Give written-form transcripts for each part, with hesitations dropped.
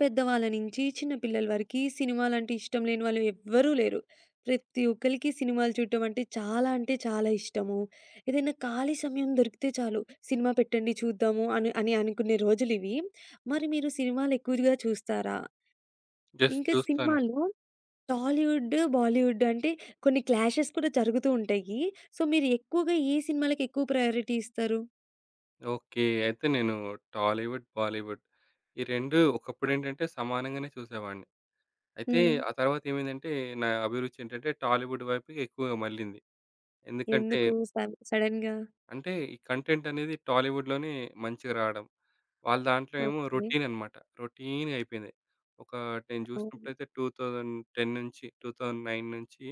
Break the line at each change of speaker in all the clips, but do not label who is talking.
పెద్దవాళ్ళ నుంచి చిన్న పిల్లల వరకి సినిమాలంటే ఇష్టం లేని వాళ్ళు ఎవ్వరూ లేరు. ప్రతి ఒక్కళ్ళకి సినిమాలు చూడటం అంటే చాలా అంటే చాలా ఇష్టము. ఏదైనా ఖాళీ సమయం దొరికితే చాలు సినిమా పెట్టండి చూద్దాము అని అని అనుకునే రోజులివి. మరి మీరు సినిమాలు ఎక్కువగా చూస్తారా?
జస్ట్
ఇంకా
చూస్తాను.
సినిమాల్లో టాలీవుడ్, బాలీవుడ్ అంటే కొన్ని క్లాషెస్ కూడా జరుగుతూ ఉంటాయి. సో, మీరు ఎక్కువగా ఏ సినిమాలకి ఎక్కువ ప్రయారిటీ ఇస్తారు?
ఓకే. అయితే నేను టాలీవుడ్, బాలీవుడ్ ఈ 2 ఒకప్పుడేంటంటే సమానంగానే చూసేవాడిని. అయితే
హ్మ్.
ఆ తర్వాత ఏమైందంటే నా అభిరుచి ఏంటంటే టాలీవుడ్ వైపుకి ఎక్కువగా మళ్ళింది. ఎందుకంటే
ఎందుకు సడెన్‌గా?
అంటే ఈ కంటెంట్ అనేది టాలీవుడ్‌లోనే మంచిగా రావడం. వాళ్ళ దాంట్లో ఏమో
ఓకే.
రొటీన్ అన్నమాట. రొటీన్‌గా అయిపోయింది. ఒక నేను
అవును.
చూసినప్పుడైతే 2010 నుంచి 2009 నుంచి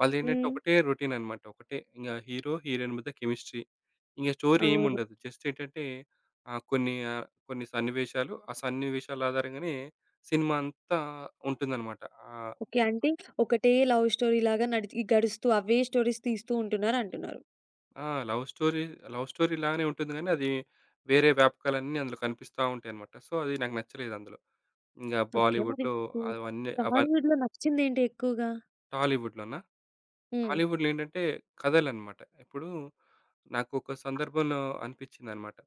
వాళ్ళేంటంటే
హ్మ్.
ఒకటే రొటీన్ అన్నమాట. ఒకటే ఇంగ హీరో, హీరోయిన్ మధ్య కెమిస్ట్రీ. ఇంగ స్టోరీ
అవును.
ఏముండదు. జస్ట్ ఏంటంటే కొన్ని కొన్ని సన్నివేశాలు, ఆ సన్నివేశాల ఆధారంగానే సినిమా అంతా ఉంటుందన్నమాట. ఆహ్,
ఓకే. అంటే ఒకటే లవ్ స్టోరీలాగా నడిచి గడుస్తూ అవే స్టోరీస్ తీస్తూ ఉంటున్నారంటున్నారు.
ఆ! లవ్ స్టోరీ, లవ్ స్టోరీ లాగానే ఉంటుంది గానీ, అది వేరే వ్యాపకాలన్నీ అందులో కనిపిస్తా ఉంటాయన్నమాట. సో, అది నాకు నచ్చలేదు అందులో. ఇంగ
ఓకే. మరి
బాలీవుడ్‌లో
మీకు
అవన్నీ అవ
టాలీవుడ్‌లో నచ్చిందేంటి ఎక్కువగా?
టాలీవుడ్‌లోనా?
హ్మ్.
టాలీవుడ్‌లో ఏంటంటే కథలన్నమాట. ఇప్పుడు నాకొక సందర్భంలో అనిపించిందన్నమాట.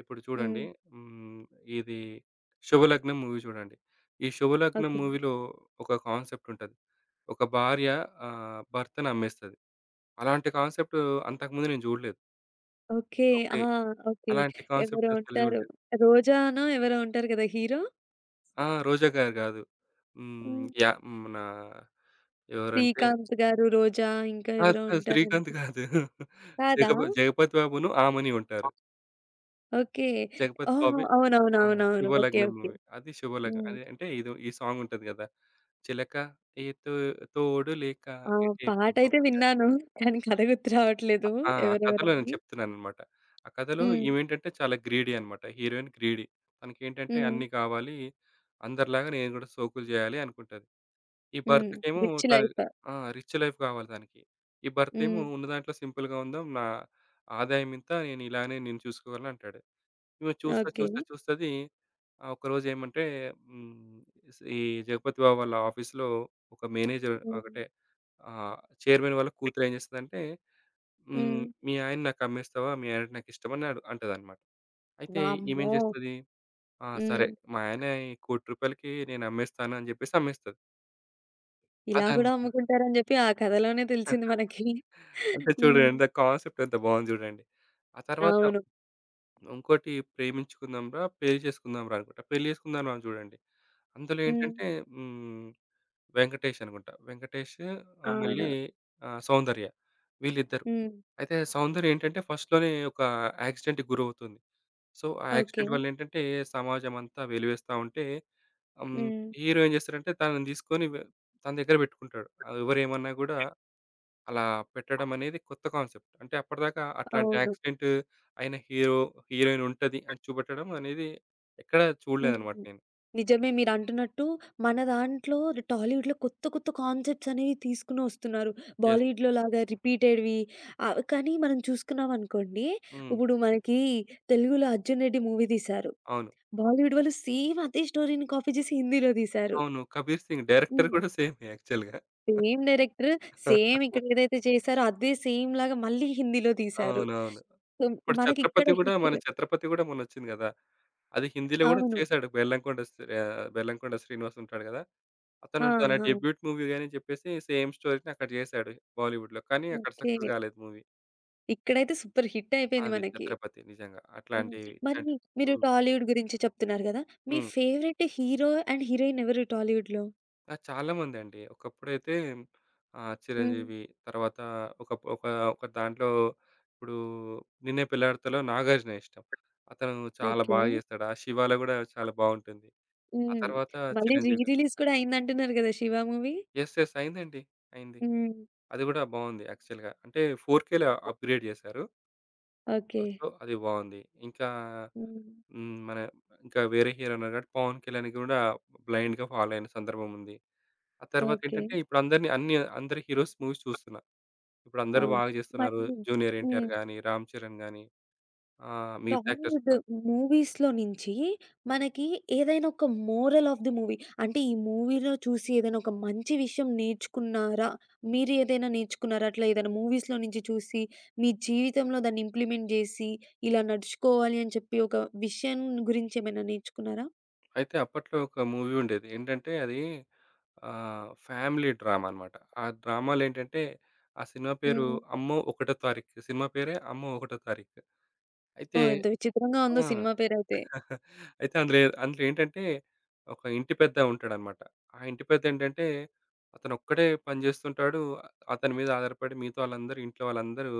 ఇప్పుడు చూడండి.
హ్మ్.
హ్మ్. ఇది 'శుభలగ్నం' మూవీ చూడండి. ఈ 'శుభలగ్నం'
ఓకే.
మూవీలో ఒక కాన్సెప్ట్ ఉంటది. ఒక భార్య భర్తను అమ్మేస్తది. అలాంటి కాన్సెప్ట్ అంతకుముందు నేను చూడలేదు.
ఓకే. ఆ!
ఓకే.
ఓకే.
అలాంటి
ఎవరో
కాన్సెప్ట్ అసలు
ఉంటారు.
చూడలేదు.
'రోజానో' ఎవరో ఉంటారు కదా! హీరో?
ఆ! 'రోజా' గారు కాదు. హ్మ్.
హ్మ్.
యాహ్! మన ఎవరంటే
'శ్రీకాంత్' గారు, 'రోజా' ఇంకా
కాదు.
ఎవరో
కాదు.
ఉంటారనుకు
'శ్రీకాంత్' కాదు.
కాదా?
'జగపతి బాబును' ఆమని ఉంటారు.
ఓకే.
జగపతి
ఓహ్!
బాబు. ఆ!
అవునవునవునవును. ఓకే.
'శుభలగ్నం'
ఓకే.
మూవీ. అది 'శుభలగ్నం'
హ్మ్.
అది అంటే ఇదో ఈ సాంగ్ ఉంటది గదా! చిలక ఏ తో తోడు లేక
ఆ!
ఎటే
పాటైతే
పంపమంటారు.
విన్నాను. కానీ కథ గుర్తు రావట్లేదు
ఆ! ఆ కథలో నేను
ఎవరెవరని.
చెప్తున్నానన్నమాట. ఆ కథలో
హ్మ్.
ఈమేంటంటే చాలా గ్రీడీ అన్నమాట. Heroine greedy. తనకేంటంటే
హ్మ్.
అన్నీ కావాలి. అందరిలాగా నేను గూడా సోకులు జేయాలి అనుకుంటది. ఈ
హ్మ్.
భర్తకేమో
రిచ్
తను
లైఫ్.
ఆ! రిచ్ లైఫ్ గావాలి తనకి. ఈ భర్తేమో
హ్మ్.
ఉన్న దాంట్లో సింపుల్‌గా ఉందాం. నా ఆదాయం ఇంత, ఇలానే నేను చూసుకోగలను అంటాడు. ఈమె చూస్తా,
ఓకే.
చూస్తా, చూస్తది. ఒకరోజేమంటే హ్మ్, స్ ఈ జగపతి బాబు వాళ్ళ ఆఫీస్‌లో ఒక మేనేజర్
హ్మ్.
ఒకటే ఆహ్, చైర్మన్ వాళ్ళ కూతురేం చేస్తదంటే,
హ్మ్.
"మీ ఆయన్ని నాకమ్మేస్తావా? మీ ఆయన నాకిష్టమని" అంటదనమాట. అయితే ఈమేం
వామ్మో!
చేస్తది, "ఆ! సరే,
హ్మ్.
మా ఆయన రూ. 1,00,00,00,000కి నేను అమ్మేస్తాను" అని చెప్పేసి అమ్మేస్తది.
ఇలా గూడా
అదనమాట.
అమ్ముకుంటారని జెప్పి ఆ కథలోనే తెలిసింది మనకి.
అంటే చూడండి,
హ్మ్.
ఎంత కాన్సెప్ట్ ఎంత బాగుంది చూడండి. ఆ తర్వాత
అవును.
ఇంకోటి 'ప్రేమించుకుందాం రా పెళ్లి చేసుకుందాం రా' అనుకుంటా. 'పెళ్లి చేసుకుందాం రా' అని చూడండి. అందులో
హ్మ్.
ఏంటంటే హ్మ్, వెంకటేష్ అనుకుంటా. వెంకటేష్
అవును.
మళ్ళీ సౌందర్య, వీళ్ళిద్దరు.
హ్మ్.
అయితే సౌందర్య ఏంటంటే ఫస్ట్‌లోనే ఒక యాక్సిడెంట్‌కి గురవుతుంది. సో, ఆ
ఓకే.
యాక్సిడెంట్ వల్ల ఏంటంటే సమాజం అంతా వెలివేస్తా ఉంటే, హ్మ్,
హ్మ్.
హీరో ఏం చేస్తారంటే తనని తీసుకొని తన దగ్గర పెట్టుకుంటాడు. ఆ ఎవరేమన్నా కూడా అలా పెట్టడం అనేది కొత్త కాన్సెప్ట్. అంటే అప్పటిదాకా అట్లాంటి
అవును.
యాక్సిడెంట్ అయిన హీరో, హీరోయిన్ ఉంటది అని చూపెట్టడం అనేది ఎక్కడ
హ్మ్.
చూడలేదనమాట నేను.
నిజమే మీరంటున్నట్టు మన దాంట్లో టాలీవుడ్‌లో కొత్త కొత్త కాన్సెప్ట్స్ అనేవి తీసుకొని ఒస్తున్నారు.
యెస్.
బాలీవుడ్‌లో లాగా రిపీటెడ్‌వి ఆహ్, కానీ మనం చూసుకున్నామనుకోండి
హ్మ్.
ఇప్పుడు మనకి తెలుగులో 'అర్జున్ రెడ్డి' మూవీ తీశారు.
అవును.
బాలీవుడ్ వాళ్ళు సేమ్ అదే స్టోరీని కాపీ చేసి హిందీలో తీశారు.
అవును. 'కబీర్ సింగ్' డైరెక్టర్
హ్మ్.
కూడా సేమే యాక్చువల్‌గా.
సేమ్ డైరెక్టర్, సేమ్ ఇక్కడ ఏదైతే చేశారో అదే సేమ్ లాగా మళ్ళీ హిందీలో తీశారు.
అవునవును.
సో,
ఇప్పుడు
మనకిక్కడ
'ఛత్రపతి' కూడా
హిట్
మన 'ఛత్రపతి' కూడా మొన్నొచ్చింది కదా! అది హిందీలో కూడా
అవును.
చేశాడు. బెల్లంకొండ శ్రీనివాస్ ఉంటాడు కదా!
ఆ!
అతను తన
ఆ!
డెబ్యూట్ మూవీ అని చెప్పేసి సేమ్ స్టోరీ‌ని అక్కడ చేశాడు బాలీవుడ్‌లో. కానీ అక్కడ
ఓకే.
సక్సెస్ కాలేదు మూవీ.
ఇక్కడైతే సూపర్ హిట్ అయిపోయింది
అది
మనకి.
'ఛత్రపతి' నిజంగా.
హ్మ్.
అట్లాంటివి ఇట్లాంటి
మరి మీరు
హ్మ్.
టాలీవుడ్ గురించి చెప్తున్నారు గదా! మీ
హ్మ్.
ఫేవరెట్ హీరో అండ్ హీరోయిన్ ఎవరు టాలీవుడ్‌లో?
ఆ! చాలామందండి. ఒకప్పుడైతే
హ్మ్.
'చిరంజీవి' తర్వాత ఒక ఒక ఒక దాంట్లో ఇప్పుడు 'నిన్నే పెళ్లాడతా'లో 'నాగార్జున' ఇష్టం. అతను చాలా
ఓకే.
బాగా చేస్తాడు. ఆ 'శివా'లో కూడా చాలా బావుంటుంది. ఆ
హ్మ్.
తర్వాత
మళ్ళీ రీ
'చిరంజీవి' గారు,
రిలీజ్ కూడా అయిందంటున్నారు గదా! 'శివ' మూవీ.
యెస్. యెస్. అయిందండి. అయింది.
హ్మ్.
అది కూడా బావుంది యాక్చువల్‌గా. అంటే 4Kలో అప్‌గ్రేడ్ చేశారు.
ఓకే.
సో, అది బావుంది. ఇంకా
హ్మ్.
హ్మ్. మన ఇంకా వేరే హీరో ఉన్నారు కాబట్టి 'పవన్ కళ్యాణ్‌కి' కూడా బ్లైండ్‌గా ఫాలో అయిన సందర్భం ఉంది. ఆ
ఓకే.
తర్వాతేంటంటే ఇప్పుడందరిని అన్ని అందరి హీరోస్ మూవీస్ చూస్తున్నా. ఇప్పుడందరూ
అవును.
బాగా
మరి
చేస్తున్నారు. 'జూనియర్ ఎన్‌టిఆర్'
హ్మ్.
గాని, 'రామ్ చరణ్' గాని మిగతా యాక్టర్స్
టాలీవుడ్
కూడా.
మూవీస్‌లో నుంచి మనకి ఏదైనా ఒక మోరల్ ఆఫ్ ది మూవీ అంటే ఈ మూవీలో చూసి ఏదైనా ఒక మంచి విషయం నేర్చుకున్నారా? మీరు ఏదైనా నేర్చుకున్నారా? అట్లా ఏదైనా మూవీస్‌లో నుంచి చూసి మీ జీవితంలో దాన్ని ఇంప్లిమెంట్ జేసి ఇలా నడుచుకోవాలి అని చెప్పి ఒక విషయం గురించి ఏమైనా నేర్చుకున్నారా?
అయితే అప్పట్లో ఒక మూవీ ఉండేది. ఏంటంటే అది ఫ్యామిలీ డ్రామా అన్నమాట. ఆ డ్రామాలో ఏంటంటే ఆ సినిమా పేరు
హ్మ్.
'అమ్మో ఒకటో తారీఖు'. సినిమా పేరే 'అమ్మో ఒకటో తారీఖు.' అయితే
ఓహ్! ఎంత విచిత్రంగా ఉందో
ఆ!
సినిమా పేరైతే.
అయితే అందులో ఏంటంటే ఒక ఇంటి పెద్ద ఉంటాడనమాట. ఆ ఇంటి పెద్ద ఏంటంటే అతను ఒక్కడే పని చేస్తుంటాడు. అతని మీద ఆధారపడి మిగతా వాళ్ళందరూ ఇంట్లో వాళ్ళందరూ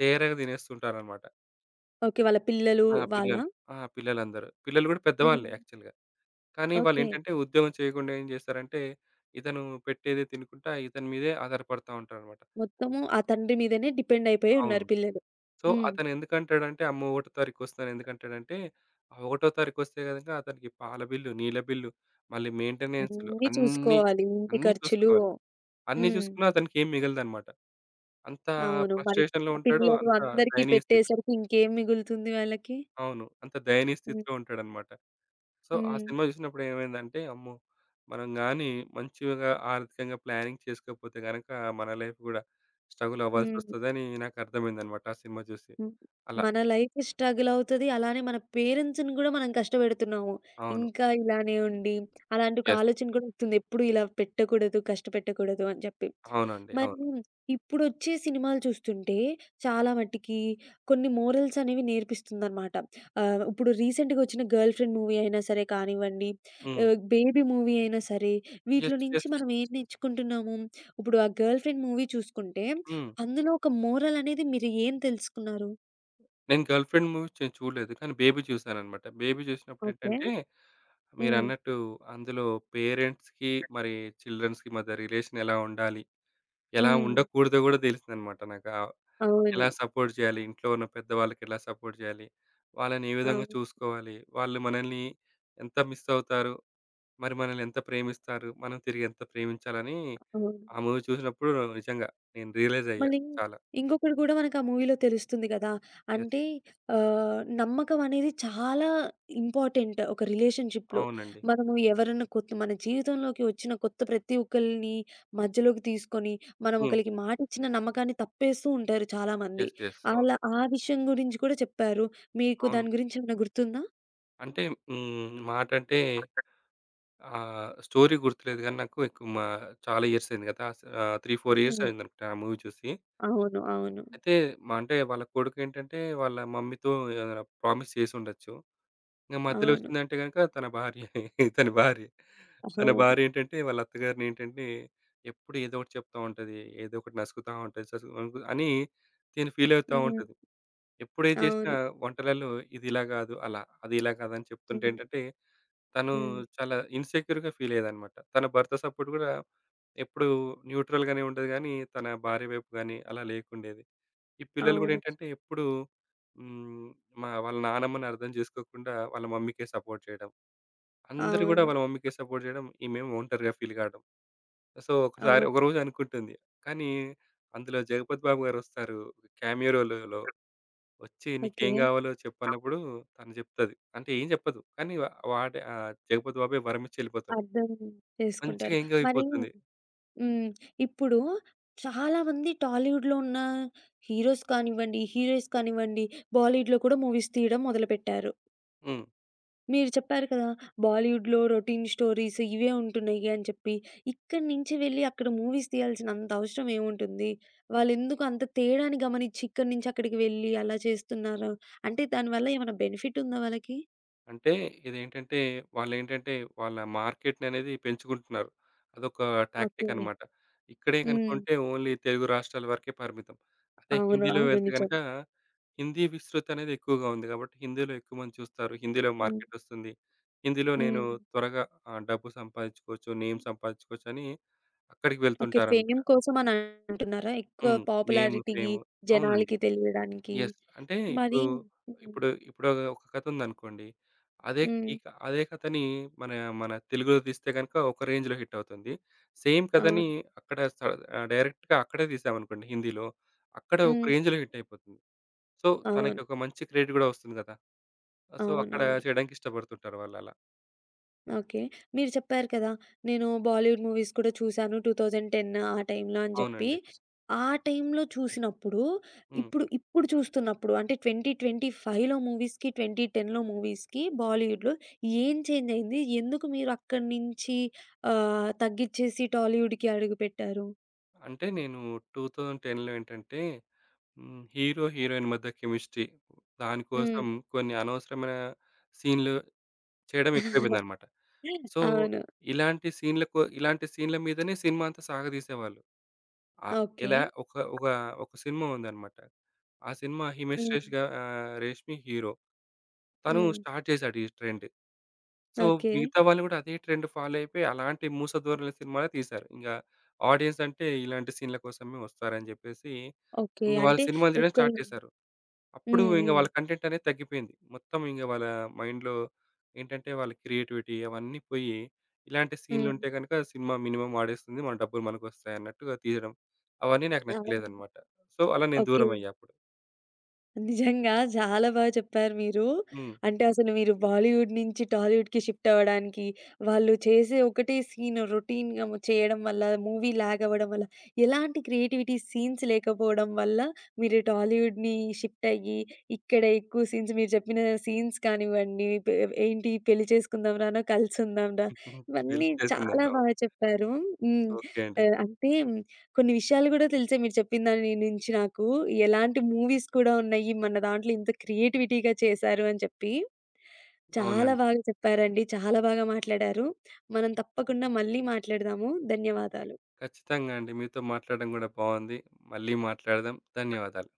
తేరగా తినేస్తుంటారనమాట.
ఓకే. వాళ్ళ పిల్లలు
ఆ!
వాళ్ళా?
పిల్లలు. ఆ! పిల్లలందరూ. పిల్లలు కూడా పెద్దవాళ్ళే
హ్మ్.
యాక్చువల్‌గా. కానీ
ఓకే.
వాళ్ళేంటంటే ఉద్యోగం చేయకుండా ఏం చేస్తారంటే ఇతను పెట్టేదే తినుకుంటా ఇతని మీదే ఆధారపడతా ఉంటారనమాట.
మొత్తము ఆ తండ్రి మీదనే డిపెండ్ అయిపోయి
అవును.
ఉన్నారు పిల్లలు.
సో,
హ్మ్.
అతను ఎందుకంటాడంటే, అమ్మ ఒకటో తారీకొస్తాను ఎందుకంటాడంటే, ఆ ఒకటో తారీకొస్తే గనక అతనికి పాల బిల్లు, నీళ్ళ బిల్లు, మళ్ళీ మెయింటెనెన్స్‌లు
అన్నీ
అన్నీ,
చూసుకోవాలి. ఇంటి
అన్నీ
ఖర్చులు
చూసుకోవాలి. అన్నీ
హ్మ్.
చూసుకున్నా అతనికేం మిగలదనమాట. అంత
అవును. మరి
ఫ్రస్ట్రేషన్‌లో ఉంటాడు.
పిల్లలు
అంత
అందరికీ
దయనీయ స్థితి,
పెట్టేసరికి ఇంకేం మిగులుతుంది వాళ్ళకి?
అవును, అంత దయనీయ
హ్మ్.
స్థితిలో ఉంటాడనమాట. సో, ఆ
హ్మ్.
సినిమా చూసినప్పుడు ఏమైందంటే, అమ్మో! మనం గాని మంచిగా ఆర్థికంగా ప్లానింగ్ చేసుకోకపోతే గనక మన లైఫ్ గూడా స్ట్రగుల్
హ్మ్.
అవ్వాల్సొస్తదని నాకర్థమైందనమాట ఆ సినిమా చూసి.
హ్మ్.
అలా.
మన లైఫ్ స్ట్రగుల్ అవుతది. అలానే మన పేరెంట్స్‌ని గూడా మనం కష్టపెడుతున్నాము.
అవును.
ఇంకా ఇలానే
హ్మ్.
ఉండి అలాంటి ఒక
యెస్.
ఆలోచన కూడా వస్తుంది. ఎప్పుడు ఇలా పెట్టకూడదు, కష్టపెట్టకూడదు అని చెప్పి.
అవునండి.
మరి
అవును.
ఇప్పుడొచ్చే సినిమాలు చూస్తుంటే చాలా మటికి కొన్ని మోరల్స్ అనేవి నేర్పిస్తుందనమాట. ఆహ్, ఇప్పుడు రీసెంట్‌గా వచ్చిన 'గర్ల్ ఫ్రెండ్' మూవీ అయినా సరే కానివ్వండి,
హ్మ్.
ఆహ్, 'బేబీ' మూవీ అయినా సరే, వీటిలో
యెస్.
నుంచి
యెస్.
మనం ఏం నేర్చుకుంటున్నాము? ఇప్పుడు ఆ 'గర్ల్ ఫ్రెండ్' మూవీ చూసుకుంటే
హ్మ్.
అందులో ఒక మోరల్ అనేది మీరు ఏం తెలుసుకున్నారు?
నేను 'గర్ల్ ఫ్రెండ్' మూవీ చూడలేదు. కానీ 'బేబీ' చూసానన్నమాట. 'Baby'
okay.
చూసినప్పుడేంటంటే,
హ్మ్.
మీరన్నట్టు అందులో పేరెంట్స్‌కి, మరి చిల్డ్రన్స్‌కి మధ్య రిలేషన్ ఎలా ఉండాలి, ఎలా
హ్మ్.
ఉండకూడదో గూడా తెలిసిందన్నమాట నాకు. ఆహ్,
అవును.
ఎలా సపోర్ట్ చేయాలి, ఇంట్లో ఉన్న పెద్దవాళ్ళకి ఎలా సపోర్ట్ చేయాలి, వాళ్ళని ఏ విధంగా
అవును.
చూసుకోవాలి, వాళ్ళు మనల్ని ఎంత మిస్ అవుతారు, మరి మనల్ని ఎంత ప్రేమిస్తారు, మనం తిరిగి ఎంత ప్రేమించాలని
అవును.
ఆ మూవీ చూసినప్పుడు నిజంగా నేను రియలైజ్ అయ్యా
మళ్ళీ
చాలా.
ఇంకొకటి గూడా మనకు ఆ మూవీలో తెలుస్తుంది గదా!
యెస్.
అంటే ఆహ్, నమ్మకం అనేది చాలా ఇంపార్టెంట్ ఒక రిలేషన్‌షిప్‌లో.
అవునండి.
మనము ఎవరన్నా కొత్త మన జీవితంలోకి వచ్చిన కొత్త ప్రతి ఒక్కళ్ళని మధ్యలోకి తీసుకొని, మనం
హ్మ్.
ఒకళ్ళకి మాటిచ్చిన నమ్మకాన్ని తప్పేస్తూ ఉంటారు చాలామంది.
యెస్. యెస్. అవును.
అలా ఆ విషయం గురించి కూడా చెప్పారు. మీకు
అవును.
దాని గురించి ఏమైనా గుర్తుందా?
అంటే హ్మ్. మాటంటే, స్టోరీ గుర్తులేదు గానీ నాకు ఎక్కువ మా చాలా ఇయర్స్ అయింది కదా! 3, 4 ఇయర్స్
హ్మ్.
అయిందనుకుంటా ఆ మూవీ చూసి.
అవును. అవును.
అయితే మా అంటే వాళ్ళ కొడుకేంటంటే వాళ్ళ మమ్మీతో ఏదైనా ప్రామిస్ చేసుండొచ్చు. ఇంక మధ్యలో
అవును.
వచ్చిందంటే గనుక తన భార్యే. తన భార్య. తన
అవును.
భార్య ఏంటంటే, వాళ్ళ అత్తగారిని ఏంటంటే, ఎప్పుడు ఏదో ఒకటి చెప్తా ఉంటది. ఏదో ఒకటి నసుకుతా ఉంటది. ససు అనుకు అని తిను ఫీల్ అవుతా
హ్మ్.
ఉంటది. ఎప్పుడు ఏది చేసినా
అవును.
వంటలలో ఇది ఇలా కాదు, అలా. అది ఇలా కాదు అని చెప్తుంటే
హ్మ్.
ఏంటంటే, తను
హ్మ్.
చాలా ఇన్‌సెక్యూర్‌గా ఫీల్ అయ్యేదన్నమాట. తన భర్త సపోర్ట్ కూడా ఎప్పుడు న్యూట్రల్‌గానే ఉండేది గానీ, తన భార్య వైపు గానీ అలా లేకుండేది. ఈ పిల్లలు కూడా
అవును.
ఏంటంటే ఎప్పుడు హ్మ్. మా వాళ్ళ నానమ్మని అర్థం చేసుకోకుండా వాళ్ళ మమ్మీకే సపోర్ట్ చేయడం. అందరూ గూడా
అవును.
వాళ్ళ మమ్మీకే సపోర్ట్ జేయడం. ఈమేమో ఒంటరిగా ఫీల్ గావడం. సో,
అవును.
ఒకరోజు అనుకుంటుంది. కానీ అందులో 'జగపతి బాబు' గారొస్తారు. క్యామియో రోల్‌లో వచ్చి
ఓకే.
నీకేం గావాలో చెప్పన్నప్పుడు తను జెప్తది. అంటే ఏం జెప్పదు. కానీ వాడే 'జగపతి బాబే' వరమిచ్చి ఎళ్ళిపోతాడు.
అర్థం
మంచిగా
చేసుకుంటారు.
ఎంగేజ్
మరి
అయిపోతుంది.
హ్మ్. ఇప్పుడు చాలామంది టాలీవుడ్‌లో ఉన్న హీరోస్ కానివ్వండి, హీరోయిన్స్ కానివ్వండి, బాలీవుడ్‌లో కూడా మూవీస్ తీయడం మొదలుపెట్టారు.
హ్మ్.
మీరు చెప్పారు కదా! బాలీవుడ్‌లో రొటీన్ స్టోరీస్ ఇవే ఉంటున్నాయి అని చెప్పి. ఇక్కడి నుంచి వెళ్లి అక్కడ మూవీస్ తీయాల్సిన అంత అవసరం ఏముంటుంది? వాళ్ళెందుకు అంత తేడాని గమనిచ్చి ఇక్కడి నుంచి అక్కడికి వెళ్లి అలా చేస్తున్నారు? అంటే దానివల్ల ఏమైనా బెనిఫిట్ ఉందా వాళ్ళకి?
అంటే ఇదేంటంటే వాళ్ళేంటంటే వాళ్ళ మార్కెట్‌ననేది పెంచుకుంటున్నారు. అదొక
ఓకే.
టాక్టిక్ అన్నమాట. ఇక్కడే
హ్మ్.
గనుకుంటే ఓన్లీ తెలుగు రాష్ట్రాల వరకే పరిమితం. అదే
అవును.
హిందీలో
అవును.
వెళ్తే
నిజం.
గనక హిందీ విస్తృతి అనేది ఎక్కువగా ఉంది కాబట్టి హిందీలో ఎక్కువ మంది చూస్తారు. హిందీలో
హ్మ్.
మార్కెట్ వస్తుంది. హిందీలో నేను
హ్మ్.
త్వరగా, డబ్బు సంపాదించుకోవచ్చు, నేమ్ సంపాదించుకోవచ్చు అని అక్కడికి
ఓకే. ఫేమ్
వెళ్తుంటారనమాట.
కోసం అని అంటున్నారా? ఎక్కువ
హ్మ్. నేమ్,
పాపులారిటీకి,
ఫేమ్. అవునండి.
జనాలకి తెలియడానికి.
యెస్. అంటే
మరి
ఇప్పుడు,
హ్మ్.
ఇప్పుడు ఇప్పుడు ఒక ఒక కథ ఉందనుకోండి. అదే
హ్మ్.
కథని మన మన తెలుగులో తీస్తే గనుక ఒక రేంజ్‌లో హిట్ అవుతుంది. సేమ్ కథని
అవును.
అక్కడ స ఆహ్, డైరెక్ట్‌గా అక్కడే తీసామనుకోండి హిందీలో. అక్కడ ఒక
హ్మ్.
రేంజ్‌లో హిట్ అయిపోతుంది. సో, తనకి
అవును.
ఒక మంచి క్రెడిట్ గూడా వస్తుంది గదా! సో, అక్కడ
అవునవును.
చేయడానికి ఇష్టపడుతుంటారు వాళ్ళలా.
ఓకే. మీరు చెప్పారు కదా! నేను బాలీవుడ్ మూవీస్ కూడా చూసాను 2010 ఆ టైంలో అని జెప్పి.
అవునండి.
ఆ టైంలో చూసినప్పుడు,
హ్మ్.
ఇప్పుడు చూస్తున్నప్పుడు అంటే 2025లో మూవీస్‌కి, 2010లో మూవీస్‌కి బాలీవుడ్‌లో ఏం చేంజ్ అయింది? ఎందుకు మీరు అక్కడి నుంచి ఆహ్, తగ్గిచ్చేసి టాలీవుడ్‌కి అడుగుపెట్టారు?
అంటే నేను 2010లో ఏంటంటే హీరో, హీరోయిన్ మధ్య కెమిస్ట్రీ
హ్మ్.
దానికోసం కొన్ని అనవసరమైన సీన్‌లు చేయడం ఎక్కువైపోయిందనమాట. సో,
అవును.
ఇలాంటి సీన్‌ల మీదనే సినిమా అంతా సాగదీసేవాళ్ళు. ఆహ్,
ఓకే.
ఇలా ఒక ఒక ఒక సినిమా ఉందనమాట. ఆ సినిమా 'హిమేష్ రేష్'
హ్మ్.
గా ఆహ్, 'రేష్మి' హీరో. తను
హ్మ్.
స్టార్ట్ చేసాడు ఈ ట్రెండ్. So,
okay.
మిగతా వాళ్ళు గూడా అదే ట్రెండ్ ఫాలో అయిపోయి అలాంటి 'మూస ధోరణి' సినిమాలే తీశారు. ఇంగ ఆడియన్స్ అంటే ఇలాంటి సీన్‌ల కోసమే వస్తారని జెప్పేసి,
ఓకే.
ఇంగ వాళ్ళు
అంటే
సినిమాలు తీయడం స్టార్ట్
ఒకళ్ళు
చేశారు. అప్పుడు
హ్మ్.
ఇంగ
హ్మ్.
వాళ్ళ కంటెంట్ అనేది తగ్గిపోయింది. మొత్తం ఇంగ వాళ్ళ మైండ్‌లో ఏంటంటే వాళ్ళ క్రియేటివిటీ అవన్నీ పోయి, ఇలాంటి
హ్మ్.
సీన్‌లుంటే గనక సినిమా మినిమమ్ ఆడేస్తుంది, మన డబ్బులు మనకొస్తాయన్నట్టుగా తీయడం. అవన్నీ నాకు
అవును.
నచ్చలేదన్నమాట. సో, అలా నేను
ఓకే.
దూరమయ్యా అప్పుడు.
నిజంగా చాలా బాగా చెప్పారు మీరు.
హ్మ్.
అంటే అసలు మీరు బాలీవుడ్ నుంచి టాలీవుడ్‌కి షిఫ్ట్ అవ్వడానికి, వాళ్ళు చేసే ఒకటే సీన్ రొటీన్‌గా చేయడం వల్ల, మూవీ లాగ్ అవ్వడం వల్ల, ఎలాంటి క్రియేటివిటీ సీన్స్ లేకపోవడం వల్ల మీరు టాలీవుడ్‌ని షిఫ్ట్ అయ్యి, ఇక్కడ ఎక్కువ సీన్స్ మీరు చెప్పిన సీన్స్ కానివ్వండి, ఏంటి పెళ్లి చేసుకుందాం రానో, కలిసుందాం రా
పెళ్లి
ఇవన్నీ
చేసుకుందాం.
చాలా
అవును.
బాగా చెప్పారు. హ్మ్.
ఓకే అండి.
ఆహ్, అంటే కొన్ని విషయాలు గూడా తెలిసాయి మీరు చెప్పిన దాని నుంచి నాకు. ఎలాంటి మూవీస్ కూడా ఉన్నాయి. మన దాంట్లో ఇంత క్రియేటివిటీగా చేశారు అని చెప్పి. చాలా
అవునండి.
బాగా చెప్పారండి. చాలా బాగా మాట్లాడారు. మనం తప్పకుండా మళ్ళీ మాట్లాడదాము. ధన్యవాదాలు.
ఖచ్చితంగా అండి. మీతో మాట్లాడడం గూడా బావుంది. మళ్ళీ మాట్లాడదాం. ధన్యవాదాలు.